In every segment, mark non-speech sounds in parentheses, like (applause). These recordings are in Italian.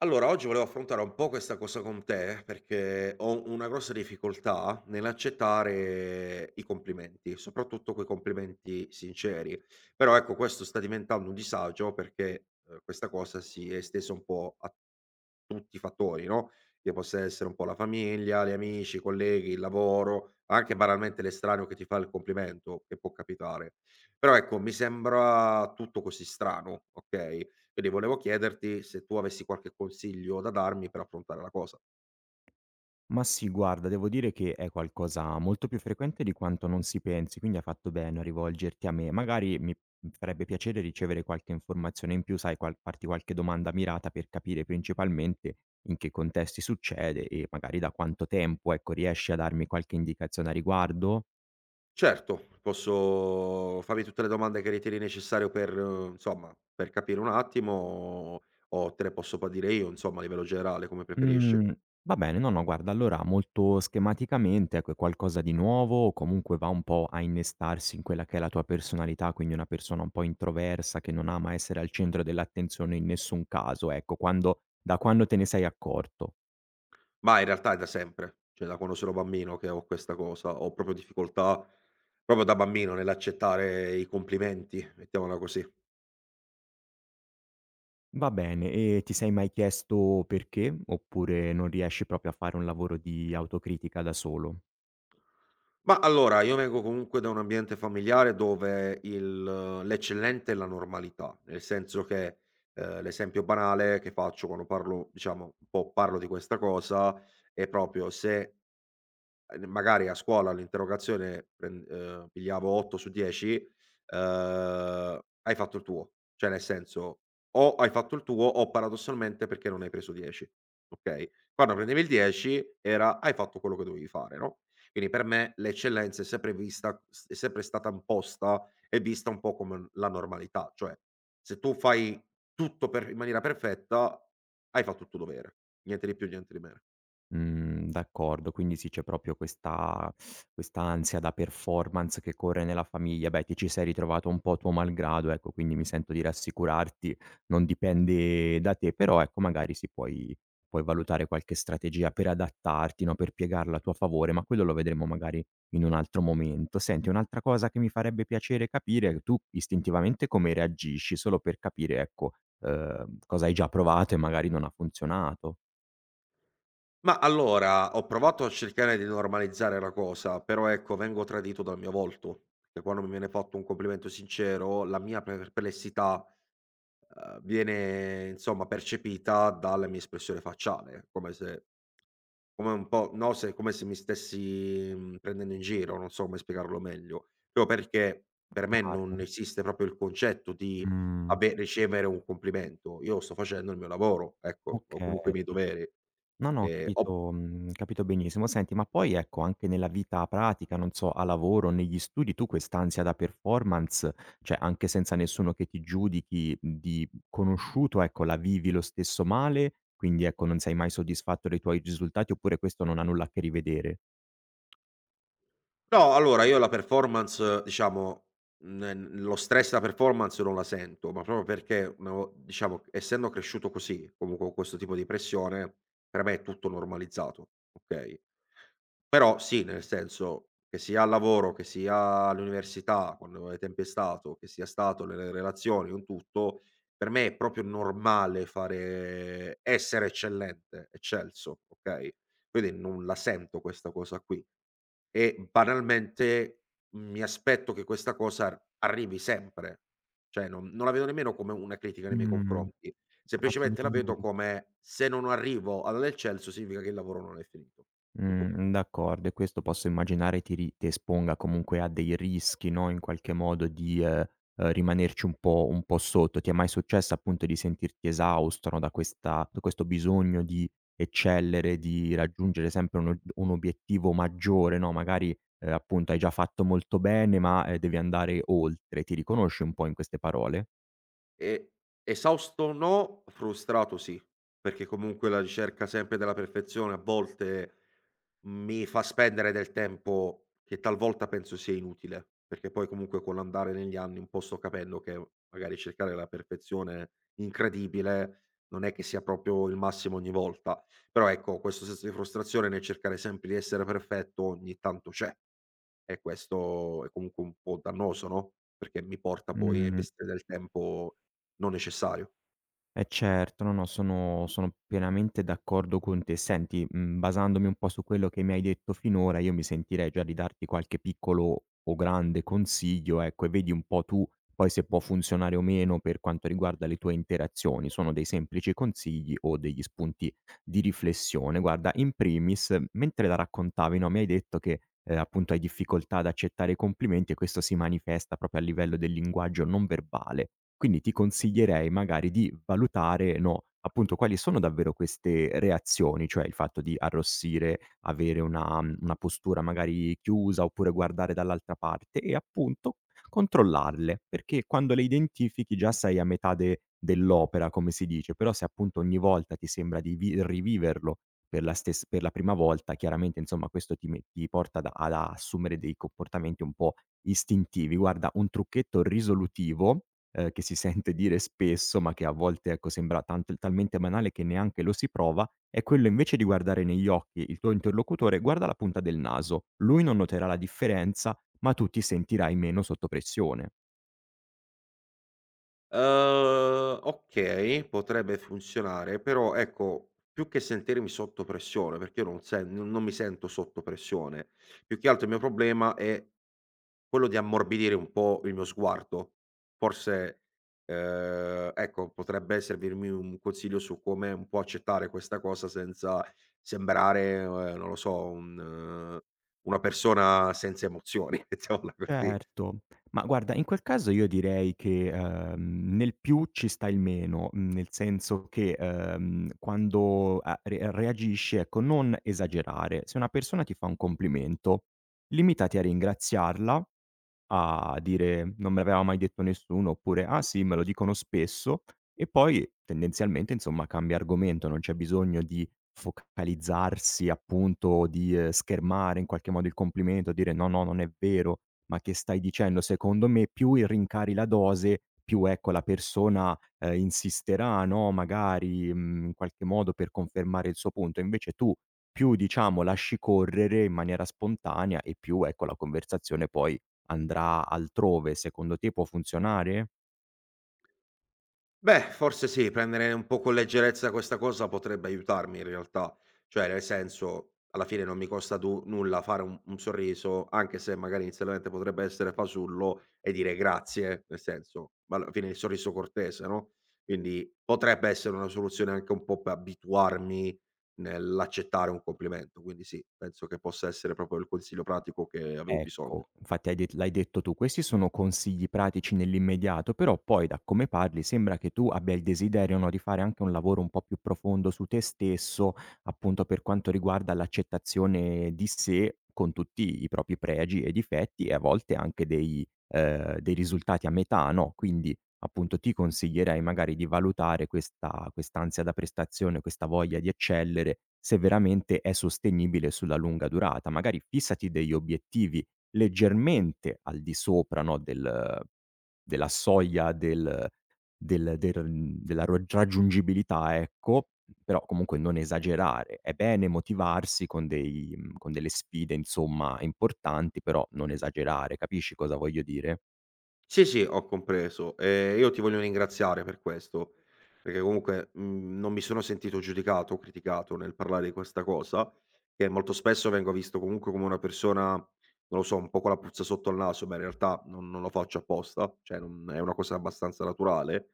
Allora, oggi volevo affrontare un po' questa cosa con te, perché ho una grossa difficoltà nell'accettare i complimenti, soprattutto quei complimenti sinceri. Però ecco, questo sta diventando un disagio perché questa cosa si è estesa un po' a tutti i fattori, no? Che possa essere un po' la famiglia, gli amici, i colleghi, il lavoro, anche banalmente l'estraneo che ti fa il complimento, che può capitare. Però ecco, mi sembra tutto così strano, ok? Quindi volevo chiederti se tu avessi qualche consiglio da darmi per affrontare la cosa. Ma sì, guarda, devo dire che è qualcosa molto più frequente di quanto non si pensi, quindi hai fatto bene a rivolgerti a me. Magari mi farebbe piacere ricevere qualche informazione in più, sai, farti qualche domanda mirata per capire principalmente in che contesti succede e magari da quanto tempo, ecco, riesci a darmi qualche indicazione a riguardo? Certo, posso farmi tutte le domande che ritieni necessario per, insomma, per capire un attimo o te le posso poi dire io, insomma, a livello generale, come preferisci. Mhmm, va bene, no, no, guarda, allora molto schematicamente, ecco, è qualcosa di nuovo, o comunque va un po' a innestarsi in quella che è la tua personalità, quindi una persona un po' introversa che non ama essere al centro dell'attenzione in nessun caso, ecco, quando da quando te ne sei accorto. Ma in realtà è da sempre, cioè da quando sono bambino che ho questa cosa, ho proprio difficoltà proprio da bambino nell'accettare i complimenti, mettiamola così. Va bene, e ti sei mai chiesto perché? Oppure non riesci proprio a fare un lavoro di autocritica da solo? Ma allora, io vengo comunque da un ambiente familiare dove il l'eccellente è la normalità, nel senso che, l'esempio banale che faccio quando parlo diciamo, un po' parlo di questa cosa, è proprio se n magari a scuola l'interrogazione pren pigliavo 8 su 10, hai fatto il tuo. Cioè nel senso, o hai fatto il tuo o paradossalmente perché non hai preso 10, okay? Quando prendevi il 10 era: hai fatto quello che dovevi fare, no? Quindi per me l'eccellenza è sempre vista s è sempre stata imposta e vista un po' come n la normalità, cioè se tu fai tutto per in maniera perfetta, hai fatto il tuo dovere, niente di più, niente di meno. Mhmm, d'accordo. Quindi sì, c'è proprio questa quest'ansia da performance che corre nella famiglia. Beh, ti ci sei ritrovato un po' a tuo malgrado, ecco, quindi mi sento di rassicurarti, non dipende da te, però ecco magari sì, puoi valutare qualche strategia per adattarti, no, per piegarla a tuo favore, ma quello lo vedremo magari in un altro momento. Senti, un'altra cosa che mi farebbe piacere capire, è tu istintivamente come reagisci, solo per capire, ecco, cosa hai già provato e magari non ha funzionato. Ma allora, ho provato a cercare di normalizzare la cosa, però ecco, vengo tradito dal mio volto, perché quando mi viene fatto un complimento sincero, la mia perplessità, viene insomma percepita dalla mia espressione facciale, come se come un po' no, se come se mi stessi, prendendo in giro, non so come spiegarlo meglio. Proprio perché per me Chiaro. non esiste proprio il concetto di Mh. ave ricevere un complimento. Io sto facendo il mio lavoro, ecco, o Okay. comunque i miei doveri, No, no, ho ho capito mhmm, capito benissimo. Senti, ma poi ecco, anche nella vita pratica, non so, a lavoro, negli studi, tu quest'ansia da performance, cioè anche senza nessuno che ti giudichi di conosciuto, ecco, la vivi lo stesso male? Quindi ecco, non sei mai soddisfatto dei tuoi risultati, oppure questo non ha nulla a che rivedere? No, allora io la performance diciamo, lo stress da performance non la sento, ma proprio perché una vo diciamo essendo cresciuto così, comunque con questo tipo di pressione, per me è tutto normalizzato, okay? Però sì, nel senso, che sia al lavoro, che sia all'università, quando ai tempi è stato, che sia stato nelle relazioni, in tutto, per me è proprio normale fare essere eccellente, eccelso, okay? Quindi non la sento questa cosa qui. E banalmente mi aspetto che questa cosa ar arrivi sempre. Cioè non la vedo nemmeno come una critica nei miei Mh, confronti, semplicemente la vedo assolutamente. come: se non arrivo alla del Chelsea significa che il lavoro non è finito. Tutto qui. D'accordo, e questo posso immaginare ti esponga comunque a dei rischi, no, in qualche modo di, rimanerci un po' sotto. Ti è mai successo appunto di sentirti esausto, no, da questa da questo bisogno di eccellere, di raggiungere sempre un o un obiettivo maggiore, no, magari, appunto hai già fatto molto bene ma, devi andare oltre. Ti riconosci un po' in queste parole? E esausto no, frustrato sì, perché comunque la ricerca sempre della perfezione a volte mi fa spendere del tempo che talvolta penso sia inutile, perché poi comunque con l'andare negli anni un po' sto capendo che magari cercare la perfezione incredibile non è che sia proprio il massimo ogni volta. Però ecco, questo senso di frustrazione nel cercare sempre di essere perfetto ogni tanto c'è. E questo è comunque un po' dannoso, no, perché mi porta poi a Mh. investire del tempo non necessario. Eh certo, no, no, sono pienamente d'accordo con te. Senti, mhmm, basandomi un po' su quello che mi hai detto finora, io mi sentirei già di darti qualche piccolo o grande consiglio, ecco, e vedi un po' tu poi se può funzionare o meno per quanto riguarda le tue interazioni. Sono dei semplici consigli o degli spunti di riflessione. Guarda, in primis, mentre la raccontavi, no, mi hai detto che, appunto hai difficoltà ad accettare i complimenti e questo si manifesta proprio a livello del linguaggio non verbale. Quindi ti consiglierei magari di valutare, no, appunto quali sono davvero queste reazioni, cioè il fatto di arrossire, avere una mhmm, una postura magari chiusa oppure guardare dall'altra parte e appunto controllarle, perché quando le identifichi già sei a metà de dell'opera, come si dice, però se appunto ogni volta ti sembra di vi riviverlo per la prima volta, chiaramente insomma questo ti porta ad assumere dei comportamenti un po' istintivi. Guarda, un trucchetto risolutivo, che si (laughs) sente dire spesso, ma che a volte, ecco, sembra tant talmente banale che neanche lo si prova, è quello invece di guardare negli occhi il tuo interlocutore, guarda la punta del naso. Lui non noterà la differenza, ma tu ti sentirai meno sotto pressione. Okay, potrebbe funzionare, però ecco, più che sentirmi sotto pressione, perché io non mi sento sotto pressione, più che altro il mio problema è quello di ammorbidire un po' il mio sguardo. Forse, ecco, potrebbe servirmi un consiglio su come un po' accettare questa cosa senza sembrare, non lo so, un una persona senza emozioni, (laughs) mettiamola così. Certo, ma guarda in quel caso io direi che, nel più ci sta il meno, mhmm, nel senso che, quando a re reagisci, ecco, non esagerare. Se una persona ti fa un complimento, limitati a ringraziarla a dire: "Non me l'aveva mai detto nessuno" oppure: "Ah sì, me lo dicono spesso" e poi tendenzialmente, insomma, cambia argomento, non c'è bisogno di focalizzarsi appunto o di, schermare in qualche modo il complimento, dire: "No, no, non è vero, ma che stai dicendo?" Secondo me più rincari la dose, più ecco la persona, insisterà, no, magari, mhmm, in qualche modo per confermare il suo punto. Invece tu più diciamo lasci correre in maniera spontanea e più ecco la conversazione poi andrà altrove, secondo te può funzionare? Beh, forse sì, prendere un po' con leggerezza questa cosa potrebbe aiutarmi in realtà. Cioè, nel senso, alla fine non mi costa du nulla fare un sorriso, anche se magari inizialmente potrebbe essere fasullo, e dire grazie, nel senso, ma alla fine il sorriso cortese, no, quindi potrebbe essere una soluzione anche un po' per abituarmi nell'accettare un complimento, quindi sì, penso che possa essere proprio il consiglio pratico che avevo bisogno. Ecco, infatti hai det l'hai detto tu, questi sono consigli pratici nell'immediato, però poi da come parli sembra che tu abbia il desiderio, no, di fare anche un lavoro un po' più profondo su te stesso, appunto per quanto riguarda l'accettazione di sé con tutti i propri pregi e difetti e a volte anche dei risultati a metà, no, quindi appunto ti consiglierei magari di valutare questa quest'ansia da prestazione, questa voglia di eccellere, se veramente è sostenibile sulla lunga durata. Magari fissati degli obiettivi leggermente al di sopra, no, della soglia del mhmm, della ro raggiungibilità, ecco, però comunque non esagerare. È bene motivarsi con dei mhmm, con delle sfide, insomma, importanti, però non esagerare. Capisci cosa voglio dire? Sì, sì, ho compreso. Io ti voglio ringraziare per questo, perché comunque, non mi sono sentito giudicato o criticato nel parlare di questa cosa, che molto spesso vengo visto comunque come una persona, non lo so, un po' con la puzza sotto al naso, ma in realtà non lo faccio apposta, cioè non è una cosa abbastanza naturale.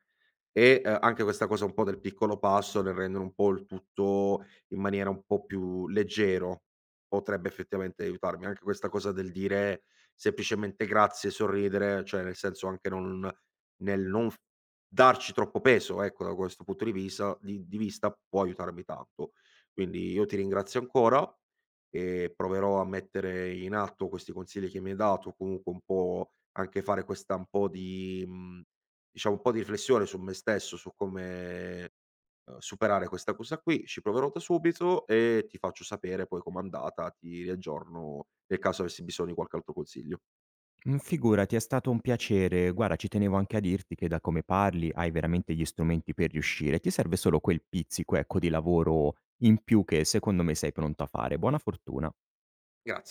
E, anche questa cosa un po' del piccolo passo nel rendere un po' il tutto in maniera un po' più leggero, potrebbe effettivamente aiutarmi. Anche questa cosa del dire semplicemente grazie, sorridere, cioè nel senso anche non nel non f darci troppo peso, ecco, da questo punto di visa di vista può aiutarmi tanto. Quindi io ti ringrazio ancora e proverò a mettere in atto questi consigli che mi hai dato, comunque un po' anche fare questa un po' di diciamo un po' di riflessione su me stesso, su come, superare questa cosa qui. Ci proverò da subito e ti faccio sapere poi com'è andata, ti riaggiorno nel caso avessi bisogno di qualche altro consiglio. Figurati, è stato un piacere. Guarda, ci tenevo anche a dirti che da come parli hai veramente gli strumenti per riuscire. Ti serve solo quel pizzico, ecco, di lavoro in più che secondo me sei pronto a fare. Buona fortuna. Grazie.